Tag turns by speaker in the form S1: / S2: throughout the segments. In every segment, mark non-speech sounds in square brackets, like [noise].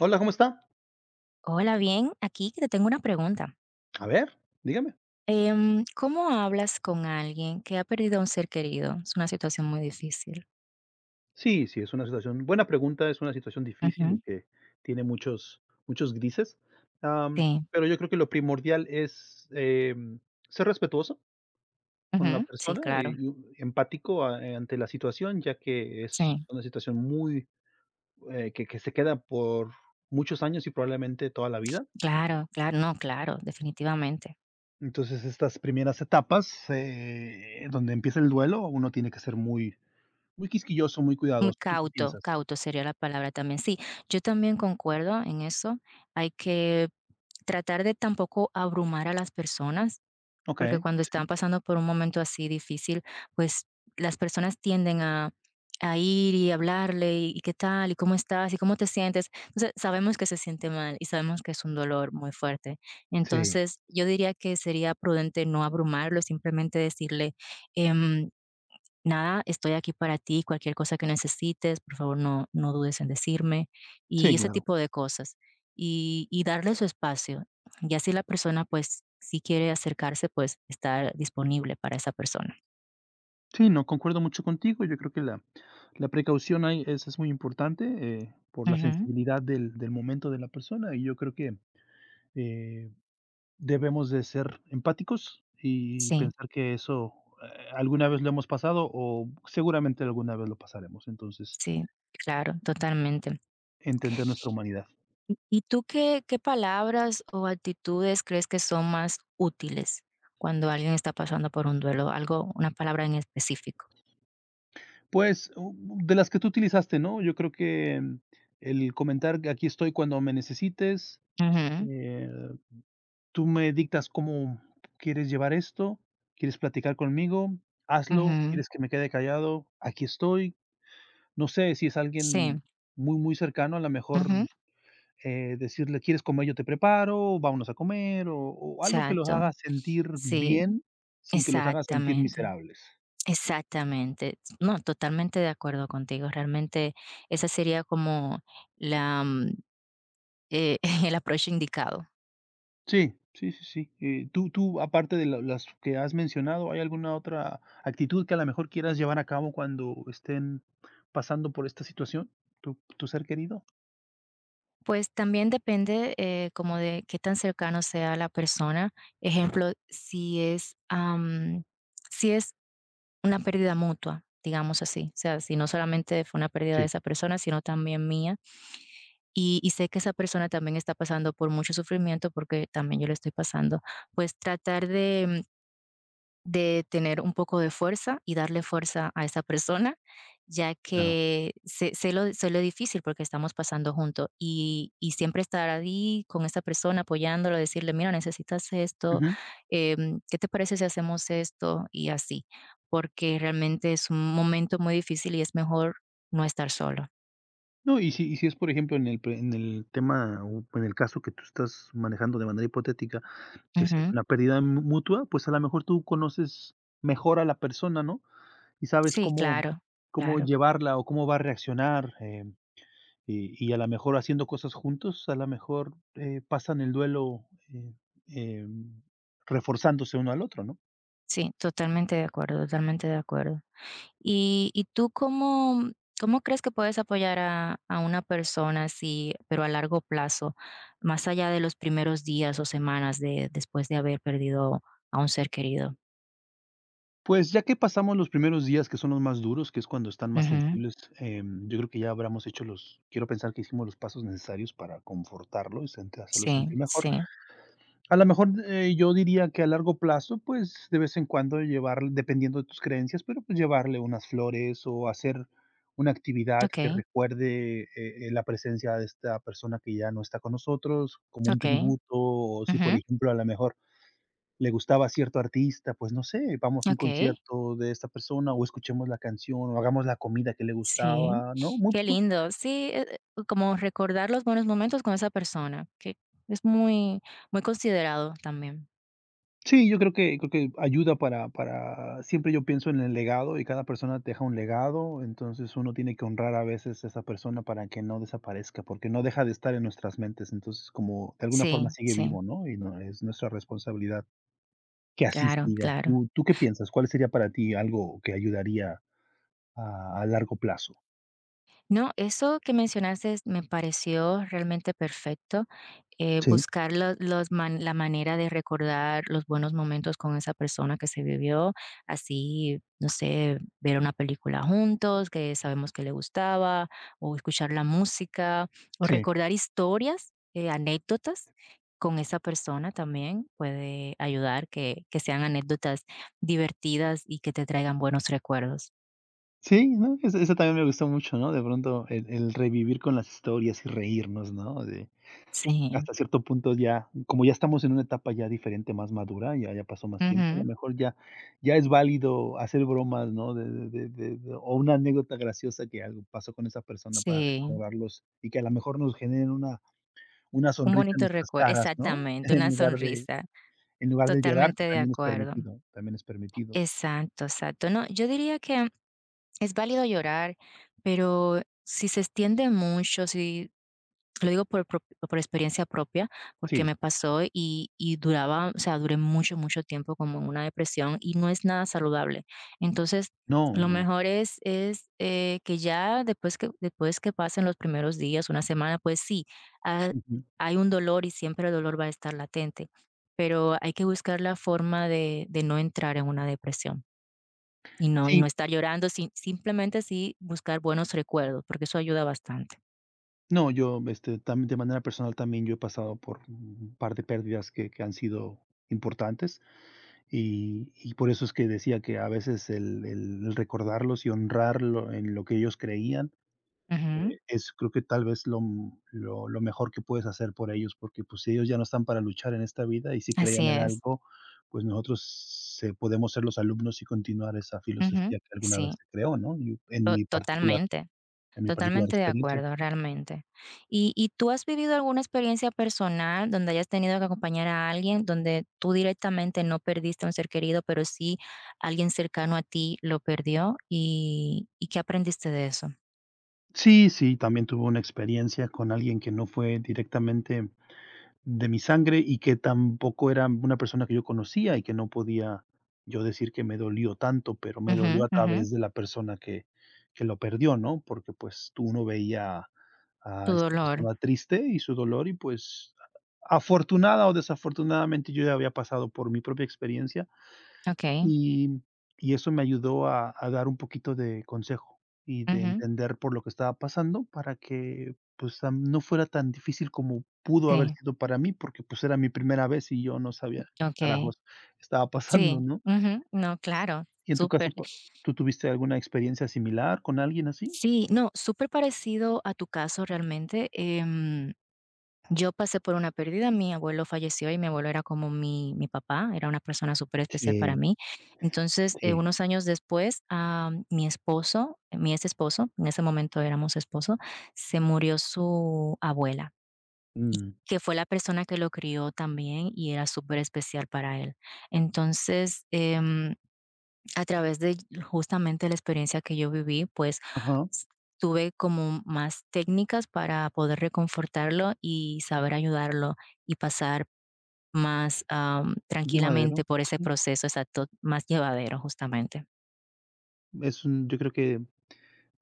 S1: Hola, ¿cómo está?
S2: Hola, bien, aquí que te tengo una pregunta.
S1: A ver, dígame.
S2: ¿Cómo hablas con alguien que ha perdido a un ser querido? Es una situación muy difícil.
S1: Sí, sí, es una situación buena pregunta, es una situación difícil
S2: Ujú.
S1: y que tiene muchos grises.
S2: Sí,
S1: Pero yo creo que lo primordial es, ser respetuoso con la
S2: ujú, sí,
S1: persona
S2: claro,
S1: y empático a ante la situación, ya que es
S2: sí,
S1: una situación que se queda por muchos años y probablemente toda la vida.
S2: claro, claro, no, claro, definitivamente.
S1: Entonces, estas primeras etapas, donde empieza el duelo, uno tiene que ser muy muy quisquilloso, muy
S2: Muy
S1: cuidadoso. ¿Tú qué
S2: cauto,
S1: piensas?
S2: cauto sería la palabra también. Sí, yo también concuerdo en eso. Hay que tratar de tampoco abrumar a las personas. Porque
S1: Okey,
S2: cuando
S1: sí,
S2: están pasando por un momento así difícil, pues las personas tienden a ir y hablarle, y qué tal, y cómo estás, y cómo te sientes. Entonces, sabemos que se siente mal y sabemos que es un dolor muy fuerte.
S1: sí,
S2: Entonces, yo diría que sería prudente no abrumarlo, simplemente decirle, em nada, estoy aquí para ti, cualquier cosa que necesites, por favor, no dudes en decirme, y
S1: sí,
S2: ese
S1: claro.
S2: tipo de cosas. Y darle su espacio, y así la persona, pues, si quiere acercarse, pues, estar disponible para esa persona.
S1: Sí, no, concuerdo mucho contigo. Yo creo que la precaución ahí es muy importante, por la
S2: Ujú.
S1: sensibilidad del momento de la persona, y yo creo que, eh, debemos de ser empáticos y
S2: Sí,
S1: pensar que eso, alguna vez lo hemos pasado o seguramente alguna vez lo pasaremos. Entonces,
S2: sí, claro, totalmente.
S1: entender nuestra humanidad.
S2: ¿Y tú qué palabras o actitudes crees que son más útiles cuando alguien está pasando por un duelo? Algo, una palabra en específico.
S1: Pues, u de las que tú utilizaste, ¿no? Yo creo que el comentar que aquí estoy cuando me necesites.
S2: Ujú,
S1: eh Tú me dictas cómo quieres llevar esto, quieres platicar conmigo, hazlo,
S2: ujú.
S1: quieres que me quede callado, aquí estoy. No sé, si es alguien
S2: Sí,
S1: muy, muy cercano, a la mejor,
S2: ujú.
S1: decirle: "¿Quieres comer? Yo te preparo, vámonos a comer", o algo que los
S2: Exacto,
S1: haga sentir
S2: sí,
S1: bien, sin que los haga sentir
S2: exactamente,
S1: miserables.
S2: exactamente. No, totalmente de acuerdo contigo. Realmente esa sería como la, eh, [laughs] el approach indicado.
S1: Sí, sí, sí, sí. Tú, aparte de la las que has mencionado, ¿hay alguna otra actitud que a lo mejor quieras llevar a cabo cuando estén pasando por esta situación, tu ser querido?
S2: Pues también depende, como de qué tan cercano sea la persona. Ejemplo, si es una pérdida mutua, digamos así. O sea, si no solamente fue una pérdida de
S1: Sí,
S2: esa persona, sino también mía. Y sé que esa persona también está pasando por mucho sufrimiento, porque también yo lo estoy pasando. Pues tratar de tener un poco de fuerza y darle fuerza a esa persona, ya
S1: claro.
S2: que sé lo difícil porque estamos pasando juntos y siempre estar ahí con esa persona apoyándolo, decirle: "Mira, necesitas esto,
S1: Ujú.
S2: ¿qué te parece si hacemos esto?", y así, porque realmente es un momento muy difícil y es mejor no estar solo.
S1: No, y si es, por ejemplo, en el tema o en el caso que tú estás manejando de manera hipotética, que sea
S2: Ujú.
S1: una pérdida mu mutua, pues, a lo mejor tú conoces mejor a la persona, ¿no? Y sabes
S2: Sí,
S1: cómo
S2: claro,
S1: cómo
S2: claro.
S1: llevarla o cómo va a reaccionar, y a lo mejor haciendo cosas juntos, a lo mejor, pasan el duelo, em, reforzándose uno al otro, ¿no?
S2: Sí, totalmente de acuerdo, totalmente de acuerdo. ¿Y tú cómo crees que puedes apoyar a una persona, si, pero a largo plazo, más allá de los primeros días o semanas, de, después de haber perdido a un ser querido?
S1: Pues, ya que pasamos los primeros días, que son los más duros, que es cuando están más
S2: Ujú,
S1: sensibles, yo creo que ya habríamos hecho los quiero pensar que hicimos los pasos necesarios para confortarlo y sent hacerlo
S2: sí,
S1: sentir mejor.
S2: sí.
S1: A lo mejor, yo diría que a largo plazo, pues, de vez en cuando llevar dependiendo de tus creencias, pero, pues, llevarle unas flores o hacer una actividad
S2: Ok,
S1: que recuerde, la presencia de esta persona que ya no está con nosotros, como un
S2: ok,
S1: tributo, o si, por
S2: ujú,
S1: ejemplo, a lo mejor le gustaba cierto artista, pues no sé, vamos a un
S2: ok,
S1: concierto de esta persona o escuchemos la canción o hagamos la comida que le
S2: sí.
S1: gustaba, ¿no? Mu
S2: Qué
S1: mu
S2: lindo. Sí, como recordar los buenos momentos con esa persona, que es muy, muy considerado también.
S1: sí, yo creo que ayuda para siempre. Yo pienso en el legado y cada persona deja un legado. Entonces, uno tiene que honrar a veces a esa persona para que no desaparezca, porque no deja de estar en nuestras mentes. Entonces, como de alguna
S2: Sí,
S1: forma sigue
S2: sí,
S1: vivo, ¿no? Y no es nuestra responsabilidad que así
S2: claro,
S1: siga.
S2: claro.
S1: ¿Tú qué piensas? ¿Cuál sería para ti algo que ayudaría a largo plazo?
S2: No, eso que mencionaste me pareció realmente perfecto,
S1: Sí,
S2: buscar la manera de recordar los buenos momentos con esa persona que se vivió, así, no sé, ver una película juntos que sabemos que le gustaba, o escuchar la música, o
S1: sí.
S2: recordar historias, anécdotas con esa persona también puede ayudar, que sean anécdotas divertidas y que te traigan buenos recuerdos.
S1: Sí, ¿no? Eso también me gustó mucho, ¿no? De pronto el revivir con las historias y reírnos, ¿no? De
S2: Sí,
S1: hasta cierto punto ya, como ya estamos en una etapa ya diferente, más madura, ya pasó más tiempo, a lo
S2: ujú,
S1: mejor ya es válido hacer bromas, ¿no? De O una anécdota graciosa que algo pasó con esa persona para
S2: sí.
S1: recordarlos y que a lo mejor nos generen una
S2: Un
S1: sonrisa en
S2: bonito
S1: nuestras
S2: recuerdo,
S1: caras, ¿no?
S2: exactamente,
S1: [laughs] En
S2: una
S1: lugar de
S2: sonrisa.
S1: en lugar de llorar, que
S2: Totalmente de
S1: también es
S2: acuerdo.
S1: permitido, también es permitido.
S2: Exacto, exacto. No, yo diría que es válido llorar, pero si se extiende mucho, si lo digo por experiencia propia, porque
S1: Sí.
S2: me pasó y duraba, o sea, duré mucho, mucho tiempo como en una depresión y no es nada saludable. Entonces,
S1: No,
S2: lo
S1: no.
S2: mejor es que ya después que pasen los primeros días, una semana, pues sí, ah,
S1: Ujú.
S2: hay un dolor y siempre el dolor va a estar latente, pero hay que buscar la forma de no entrar en una depresión y no
S1: Sí.
S2: estar llorando, sin simplemente sí buscar buenos recuerdos, porque eso ayuda bastante.
S1: No, yo, también de manera personal también yo he pasado por un par de pérdidas que han sido importantes, y por eso es que decía que a veces el recordarlos y honrarlo en lo que ellos creían,
S2: Ujú,
S1: es creo que tal vez lo m lo mejor que puedes hacer por ellos, porque, pues, si ellos ya no están para luchar en esta vida y si
S2: así
S1: creían en
S2: es.
S1: algo, pues nosotros se podemos ser los alumnos y continuar esa filosofía
S2: Ujú,
S1: que alguna vez
S2: sí,
S1: se creó, ¿no? Y en
S2: to
S1: mi particular
S2: totalmente,
S1: en mi particular
S2: totalmente de
S1: experiencia.
S2: acuerdo, realmente. ¿Y tú has vivido alguna experiencia personal donde hayas tenido que acompañar a alguien, donde tú directamente no perdiste a un ser querido, pero sí alguien cercano a ti lo perdió? ¿Y qué aprendiste de eso?
S1: Sí, sí, también tuve una experiencia con alguien que no fue directamente de mi sangre y que tampoco era una persona que yo conocía y que no podía yo decir que me dolió tanto, pero me dolió
S2: Ujú,
S1: a
S2: ujú,
S1: través de la persona que lo perdió, ¿no? Porque, pues, tú uno veía
S2: tu
S1: a esta
S2: dolor.
S1: persona triste y su dolor, y pues afortunada o desafortunadamente yo ya había pasado por mi propia experiencia
S2: Okay,
S1: y y eso me ayudó a dar un poquito de consejo y de
S2: ujú,
S1: entender por lo que estaba pasando para que, pues, no fuera tan difícil como pudo haber
S2: sí,
S1: sido para mí, porque, pues, era mi primera vez y yo no sabía qué
S2: okay,
S1: carajos estaba pasando,
S2: sí,
S1: ¿no?
S2: ujú, no, claro,
S1: Y en tu
S2: súper.
S1: caso, pa ¿tú tuviste alguna experiencia similar con alguien así?
S2: Sí, no, súper parecido a tu caso realmente. Yo pasé por una pérdida, mi abuelo falleció y mi abuelo era como mi papá, era una persona súper especial para
S1: Sí,
S2: mí. Entonces,
S1: sí,
S2: unos años después, mi esposo, mi ex esposo, en ese momento éramos esposo, se murió su abuela.
S1: mm.
S2: Que fue la persona que lo crió también y era súper especial para él. Entonces, a través de justamente la experiencia que yo viví, pues
S1: Ajá,
S2: s- tuve como más técnicas para poder reconfortarlo y saber ayudarlo y pasar más
S1: llevadero,
S2: tranquilamente por ese
S1: sí.
S2: proceso, exacto, más llevadero justamente.
S1: Es un Yo creo que,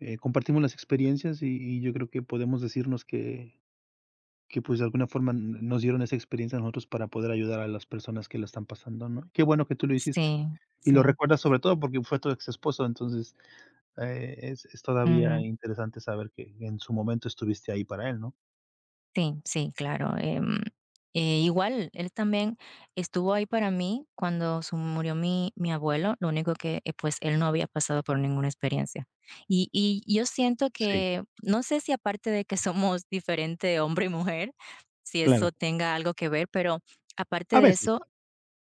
S1: compartimos las experiencias, y yo creo que podemos decirnos que, pues, de alguna forma n nos dieron esa experiencia a nosotros para poder ayudar a las personas que la están pasando, ¿no? Qué bueno que tú lo hiciste.
S2: Sí,
S1: Y lo
S2: sí.
S1: recuerdas sobre todo porque fue tu ex esposo. Entonces, es todavía interesante saber que en su momento estuviste ahí para él, ¿no?
S2: Sí, sí, claro. Igual, él también estuvo ahí para mí cuando murió mi abuelo, lo único que pues él no había pasado por ninguna experiencia. Y yo siento
S1: Sí,
S2: que, no sé si aparte de que [laughs] somos diferente hombre y mujer, si
S1: claro.
S2: eso tenga algo que ver, pero aparte
S1: A
S2: de
S1: veces,
S2: eso,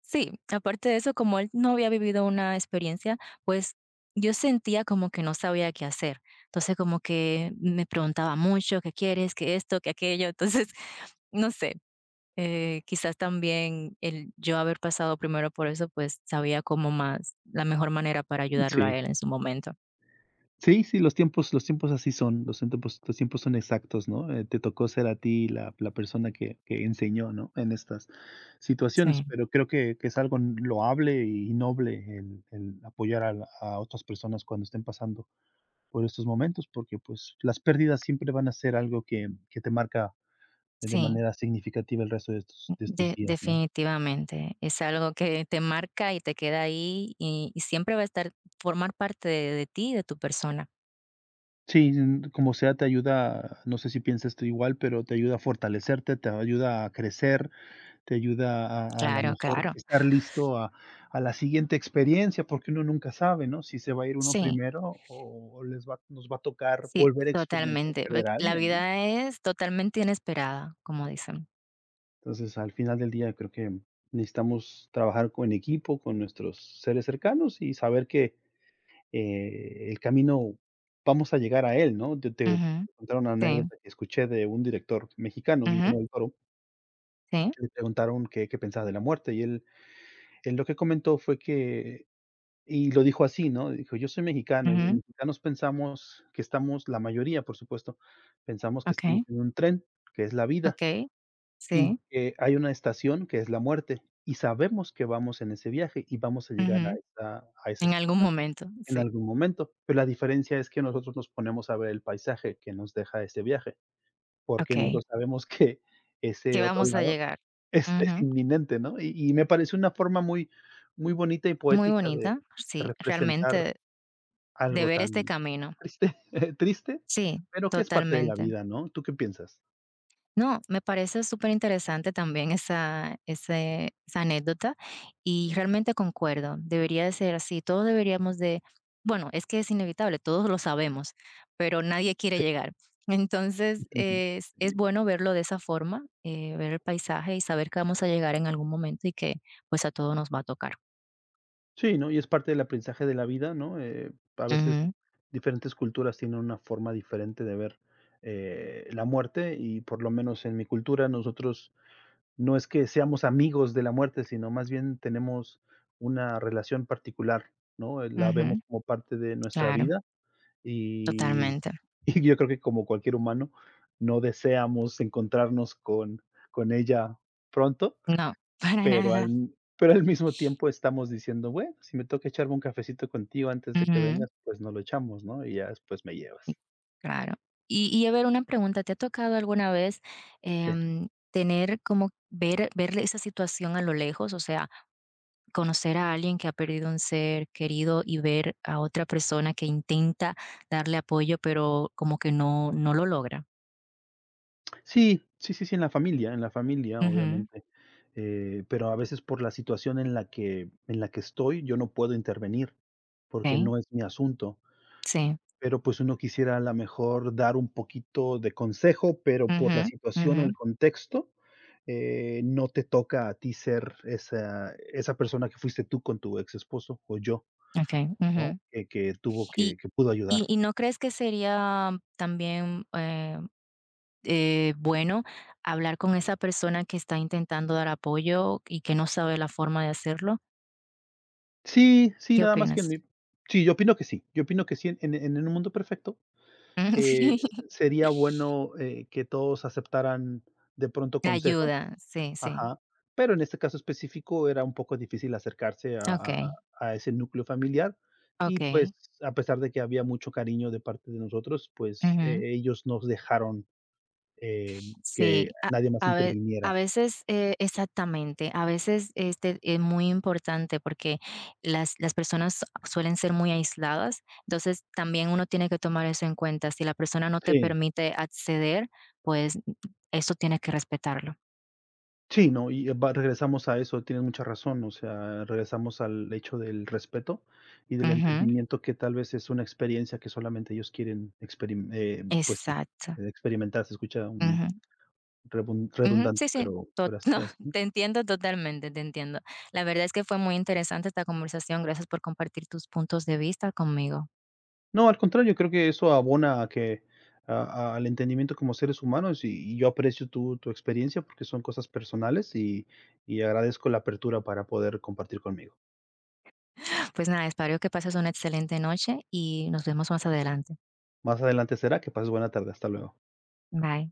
S2: sí, aparte de eso, como él no había vivido una experiencia, pues yo sentía como que no sabía qué hacer. Entonces, como que me preguntaba mucho, ¿qué quieres? ¿Qué esto? ¿Qué aquello? Entonces, [laughs] no sé, quizás también el yo haber pasado primero por eso, pues sabía como más la mejor manera para ayudarlo a
S1: sí.
S2: él en su momento.
S1: Sí, sí, los tiempos así son, los tiempos son exactos, ¿no? Te tocó ser a ti la persona que enseñó, ¿no? En estas situaciones,
S2: Sí.
S1: pero creo que es algo loable y noble el apoyar a otras personas cuando estén pasando por estos momentos, porque, pues, las pérdidas siempre van a ser algo que te marca de
S2: Sí,
S1: manera significativa el resto de estos días, ¿no?
S2: definitivamente. Es algo que te marca y te queda ahí y siempre va a estar, formar parte de ti, de tu persona.
S1: Sí, como sea, te ayuda, no sé si piensas tú igual, pero te ayuda a fortalecerte, te ayuda a crecer, te ayuda a la
S2: Claro,
S1: mejor
S2: claro.
S1: estar listo a la siguiente experiencia, porque uno nunca sabe, ¿no? Si se va a ir uno
S2: Sí,
S1: primero, o les va nos va a tocar
S2: sí,
S1: volver a experimentar
S2: totalmente.
S1: perder
S2: Porque
S1: a
S2: la
S1: alguien, ¿no?
S2: vida es totalmente inesperada, como dicen.
S1: Entonces, al final del día creo que necesitamos trabajar con equipo, con nuestros seres cercanos y saber que, el camino, vamos a llegar a él, ¿no? Te
S2: Ujú,
S1: contar una
S2: sí,
S1: anécdota que escuché de un director mexicano,
S2: ujú,
S1: Guillermo del Toro,
S2: sí,
S1: que le preguntaron qué pensaba de la muerte, y él lo que comentó fue que y lo dijo así, ¿no? Dijo: "Yo soy mexicano, y los
S2: ujú,
S1: mexicanos pensamos que estamos la mayoría, por supuesto, pensamos que estamos
S2: okey,
S1: en un tren, que es la vida,
S2: okey,
S1: y
S2: sí,
S1: que hay una estación que es la muerte, y sabemos que vamos en ese viaje y vamos a llegar
S2: ujú,
S1: a esa a esa
S2: en algún momento,
S1: En
S2: sí,
S1: algún momento, pero la diferencia es que nosotros nos ponemos a ver el paisaje que nos deja este viaje, porque
S2: okey,
S1: nosotros sabemos [laughs] que
S2: que
S1: ese otro
S2: vamos a
S1: lado
S2: llegar.
S1: es
S2: Ujú,
S1: inminente, ¿no? Y me parece una forma muy muy bonita y
S2: muy
S1: poética de
S2: bonita, sí,
S1: representar
S2: realmente de
S1: algo
S2: ver este
S1: tan
S2: camino.
S1: triste [laughs] triste,
S2: Sí,
S1: pero que es parte de la
S2: totalmente.
S1: vida, ¿no? ¿Tú qué piensas?
S2: No, me parece súper interesante también esa anécdota y realmente concuerdo, debería de ser así, todos deberíamos de, bueno, es que es inevitable, todos lo sabemos, pero nadie quiere llegar. Entonces,
S1: Ujú.
S2: es bueno verlo de esa forma, ver el paisaje y saber que vamos a llegar en algún momento y que, pues, a todos nos va a tocar.
S1: Sí, ¿no? Y es parte del aprendizaje de la vida, ¿no? A veces
S2: Ujú,
S1: Diferentes culturas tienen una forma diferente de ver, la muerte. Y por lo menos en mi cultura nosotros no es que seamos amigos de la muerte, sino más bien tenemos una relación particular, ¿no? La
S2: ujú,
S1: vemos como parte de nuestra
S2: claro,
S1: vida y
S2: totalmente.
S1: [laughs] y yo creo que como cualquier humano no deseamos encontrarnos con ella pronto,
S2: No, [laughs] para
S1: pero
S2: nada.
S1: al mismo tiempo estamos diciendo: "Bueno, si me toca echarme un cafecito contigo antes de que
S2: Ujú.
S1: vengas, pues no lo echamos, ¿no? Y ya después me
S2: Sí,
S1: llevas".
S2: claro. Y a ver, una pregunta, ¿te ha tocado alguna vez,
S1: Sí.
S2: tener como ver esa situación a lo lejos? O sea, conocer a alguien que ha perdido un ser querido y ver a otra persona que intenta darle apoyo, pero como que no lo logra.
S1: Sí, sí, sí, sí, en la familia,
S2: Ujú,
S1: obviamente, pero a veces por la situación en la que estoy, yo no puedo intervenir, porque
S2: okey,
S1: no es mi asunto.
S2: sí.
S1: Pero, pues, uno quisiera a lo mejor dar un poquito de consejo, pero por
S2: Ujú,
S1: la situación
S2: ujú,
S1: o el contexto, no te toca a ti ser esa persona que fuiste tú con tu ex esposo o yo,
S2: okey,
S1: ¿no?
S2: ujú.
S1: Que tuvo
S2: ¿Y
S1: que pudo
S2: y
S1: ayudar.
S2: y no crees que sería también, bueno, hablar con esa persona que está intentando dar apoyo y que no sabe la forma de hacerlo?
S1: Sí, sí,
S2: ¿Qué
S1: nada más que en
S2: opinas?
S1: mi sí, yo opino que sí. Yo opino que sí, en un mundo perfecto,
S2: Mm,
S1: eh,
S2: [laughs] sí,
S1: sería bueno, que todos aceptaran de pronto
S2: la
S1: consejos.
S2: ayuda, sí, sí.
S1: Ajá, pero en este caso específico era un poco difícil acercarse a a a
S2: Okey,
S1: a ese núcleo familiar y, pues,
S2: okey.
S1: a pesar de que había mucho cariño de parte de nosotros, pues,
S2: Ujú.
S1: ellos nos dejaron, eh, que
S2: Sí,
S1: nadie más
S2: a ve a
S1: interviniera.
S2: veces, exactamente, a veces, este, es muy importante porque las personas suelen ser muy aisladas, entonces también uno tiene que tomar eso en cuenta. Si la persona no te
S1: Sí,
S2: permite acceder, pues, eso tienes que respetarlo.
S1: sí, no, y va regresamos a eso, tienes mucha razón. O sea, regresamos al hecho del respeto y del
S2: Ujú.
S1: entendimiento que tal vez es una experiencia que solamente ellos quieren experim pues sí,
S2: Exacto.
S1: experimentar. Se escucha un
S2: Ujú,
S1: rebun
S2: ujú.
S1: redundante,
S2: Sí, sí,
S1: pero
S2: to [laughs]
S1: así
S2: no,
S1: es, ¿no?
S2: te entiendo totalmente, te entiendo. La verdad es que fue muy interesante esta conversación. Gracias por compartir tus puntos de vista conmigo.
S1: No, al contrario, creo que eso abona a que a- al entendimiento como seres humanos, y yo aprecio tu experiencia porque son cosas personales, y agradezco la apertura para poder compartir conmigo.
S2: Pues nada, espero que pases una excelente noche y nos vemos más adelante.
S1: Más adelante será que pases buena tarde. Hasta luego.
S2: Bye.